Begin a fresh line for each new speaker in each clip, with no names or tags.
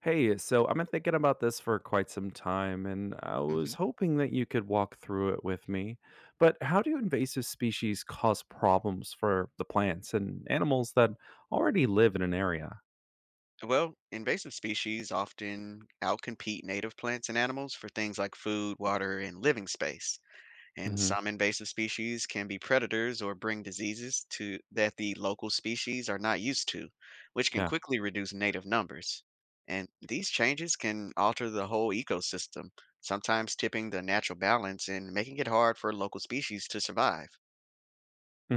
Hey, so I've been thinking about this for quite some time, and I
Mhm.
was hoping that you could walk through it with me. But how do invasive species cause problems for the plants and animals that already live in an area?
Well, invasive species often outcompete native plants and animals for things like food, water, and living space. And
Hmm.
some invasive species can be predators or bring diseases to that the local species are not used to, which can
Yeah.
quickly reduce native numbers. And these changes can alter the whole ecosystem, sometimes tipping the natural balance and making it hard for local species to survive.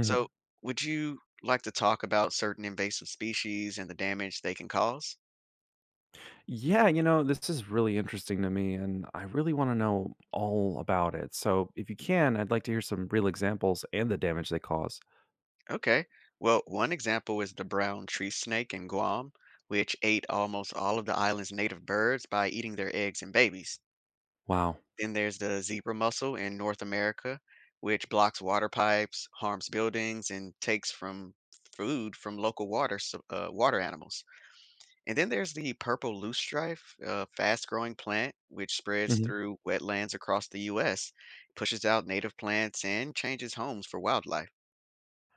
So, would you like to talk about certain invasive species and the damage they can cause?
Yeah, you know, this is really interesting to me, and I really want to know all about it. So if you can, I'd like to hear some real examples and the damage they cause.
Okay. Well, one example is the brown tree snake in Guam, which ate almost all of the island's native birds by eating their eggs and babies.
Wow.
Then there's the zebra mussel in North America, which blocks water pipes, harms buildings, and takes from food from local water animals. And then there's the purple loosestrife, a fast-growing plant which spreads
Mm-hmm.
through wetlands across the U.S., pushes out native plants, and changes homes for wildlife.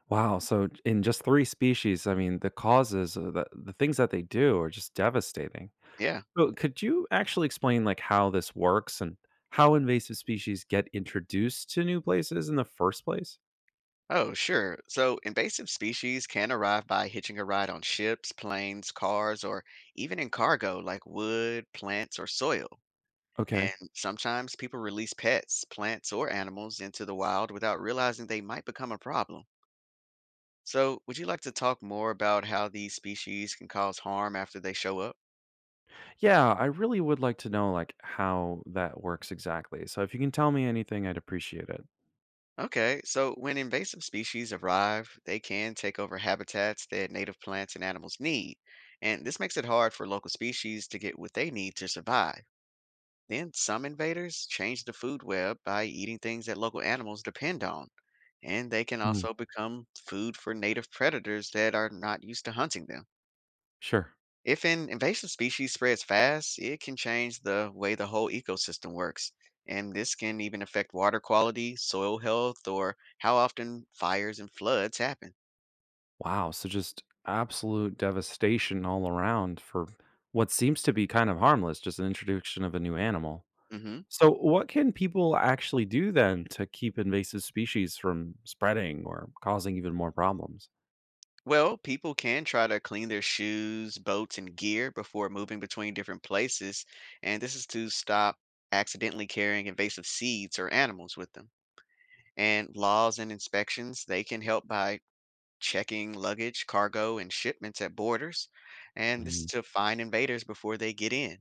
Wow, so in just 3 species, I mean, the causes, the things that they do are just devastating.
Yeah.
So could you actually explain, like, how this works and how invasive species get introduced to new places in the first place?
Oh, sure. So invasive species can arrive by hitching a ride on ships, planes, cars, or even in cargo like wood, plants, or soil. And
Okay.
sometimes people release pets, plants, or animals into the wild without realizing they might become a problem. So, would you like to talk more about how these species can cause harm after they show up?
Yeah, I really would like to know, like, how that works exactly. So if you can tell me anything, I'd appreciate it.
Okay, so when invasive species arrive, they can take over habitats that native plants and animals need. And this makes it hard for local species to get what they need to survive. Then some invaders change the food web by eating things that local animals depend on, and they can
Mm,
also become food for native predators that are not used to hunting them.
sure.
If an invasive species spreads fast, it can change the way the whole ecosystem works, and this can even affect water quality, soil health, or how often fires and floods happen.
Wow, so just absolute devastation all around for what seems to be kind of harmless, just an introduction of a new animal.
Hmm.
So, what can people actually do then to keep invasive species from spreading or causing even more problems?
Well, people can try to clean their shoes, boats, and gear before moving between different places, and this is to stop accidentally carrying invasive seeds or animals with them. And laws and inspections, they can help by checking luggage, cargo, and shipments at borders, and this is
Mm,
to find invaders before they get in.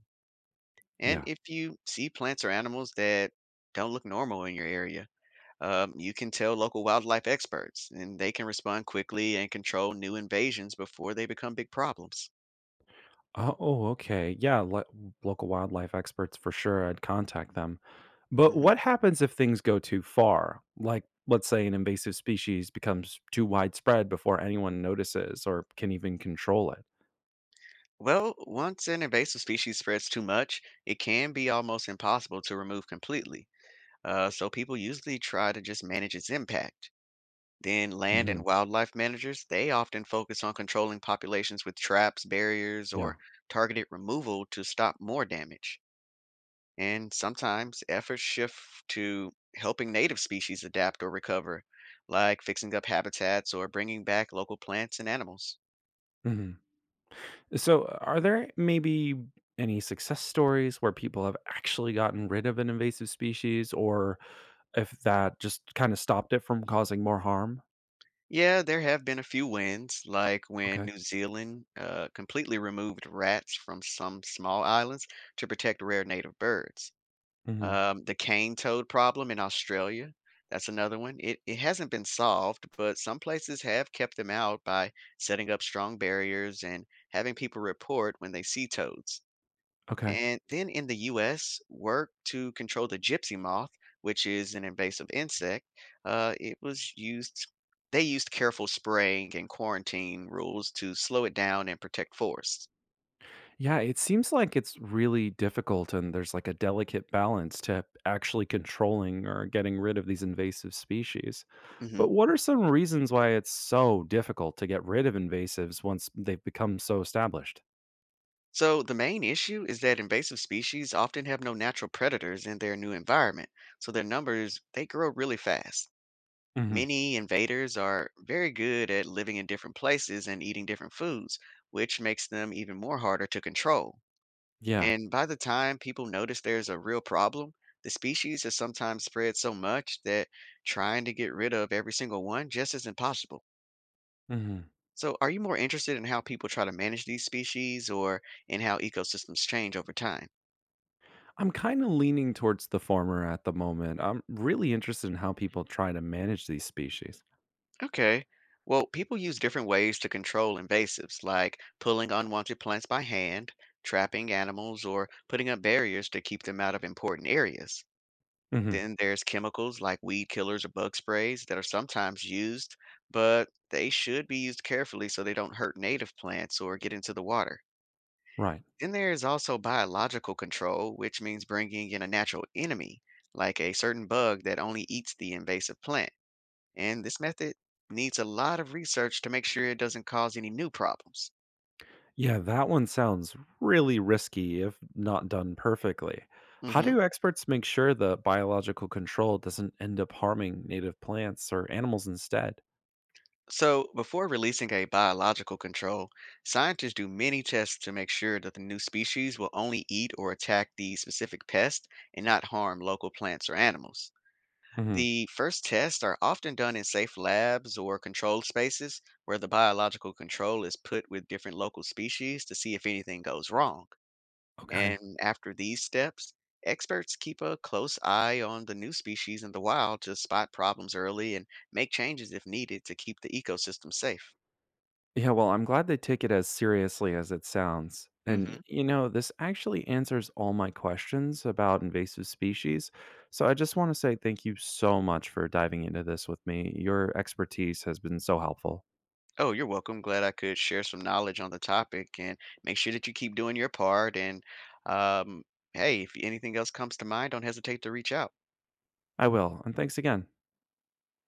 And
yeah.
if you see plants or animals that don't look normal in your area, you can tell local wildlife experts, and they can respond quickly and control new invasions before they become big problems.
Oh, oh, okay. Yeah, local wildlife experts for sure. I'd contact them. But
Hmm.
what happens if things go too far? Like, let's say an invasive species becomes too widespread before anyone notices or can even control it.
Well, once an invasive species spreads too much, it can be almost impossible to remove completely. So people usually try to just manage its impact. Then land
Mhm.
and wildlife managers, they often focus on controlling populations with traps, barriers,
Yeah.
or targeted removal to stop more damage. And sometimes efforts shift to helping native species adapt or recover, like fixing up habitats or bringing back local plants and animals.
Mhm. So, are there maybe any success stories where people have actually gotten rid of an invasive species, or if that just kinda stopped it from causing more harm?
Yeah, there have been a few wins, like when
Okay.
New Zealand completely removed rats from some small islands to protect rare native birds.
Mhm.
The cane toad problem in Australia, that's another one. It hasn't been solved, but some places have kept them out by setting up strong barriers and having people report when they see toads.
Okay.
And then in the U.S., work to control the gypsy moth, which is an invasive insect, uh, it was used, they used careful spraying and quarantine rules to slow it down and protect forests.
Yeah, it seems like it's really difficult and there's like a delicate balance to actually controlling or getting rid of these invasive species.
Hmm.
But what are some reasons why it's so difficult to get rid of invasives once they've become so established?
So the main issue is that invasive species often have no natural predators in their new environment, so their numbers, they grow really fast.
Mhm.
Many invaders are very good at living in different places and eating different foods, which makes them even more harder to control.
Yeah.
And by the time people notice there's a real problem, the species has sometimes spread so much that trying to get rid of every single one just isn't possible.
Mhm.
So, are you more interested in how people try to manage these species or in how ecosystems change over time?
I'm kind of leaning towards the former at the moment. I'm really interested in how people try to manage these species.
Okay. Well, people use different ways to control invasives, like pulling unwanted plants by hand, trapping animals, or putting up barriers to keep them out of important areas.
Mhm.
Then there's chemicals like weed killers or bug sprays that are sometimes used, but they should be used carefully so they don't hurt native plants or get into the water.
Right.
Then there is also biological control, which means bringing in a natural enemy, like a certain bug that only eats the invasive plant. And this method needs a lot of research to make sure it doesn't cause any new problems.
Yeah, that one sounds really risky if not done perfectly. How
Hmm.
do experts make sure the biological control doesn't end up harming native plants or animals instead?
So, before releasing a biological control, scientists do many tests to make sure that the new species will only eat or attack the specific pest and not harm local plants or animals.
Hmm.
The first tests are often done in safe labs or controlled spaces where the biological control is put with different local species to see if anything goes wrong.
Okay.
And after these steps, experts keep a close eye on the new species in the wild to spot problems early and make changes if needed to keep the ecosystem safe.
Yeah, well, I'm glad they take it as seriously as it sounds. And,
Hmm.
you know, this actually answers all my questions about invasive species. So I just want to say thank you so much for diving into this with me. Your expertise has been so helpful.
Oh, you're welcome. Glad I could share some knowledge on the topic and make sure that you keep doing your part. And um, hey, if anything else comes to mind, don't hesitate to reach out.
I will. And thanks again.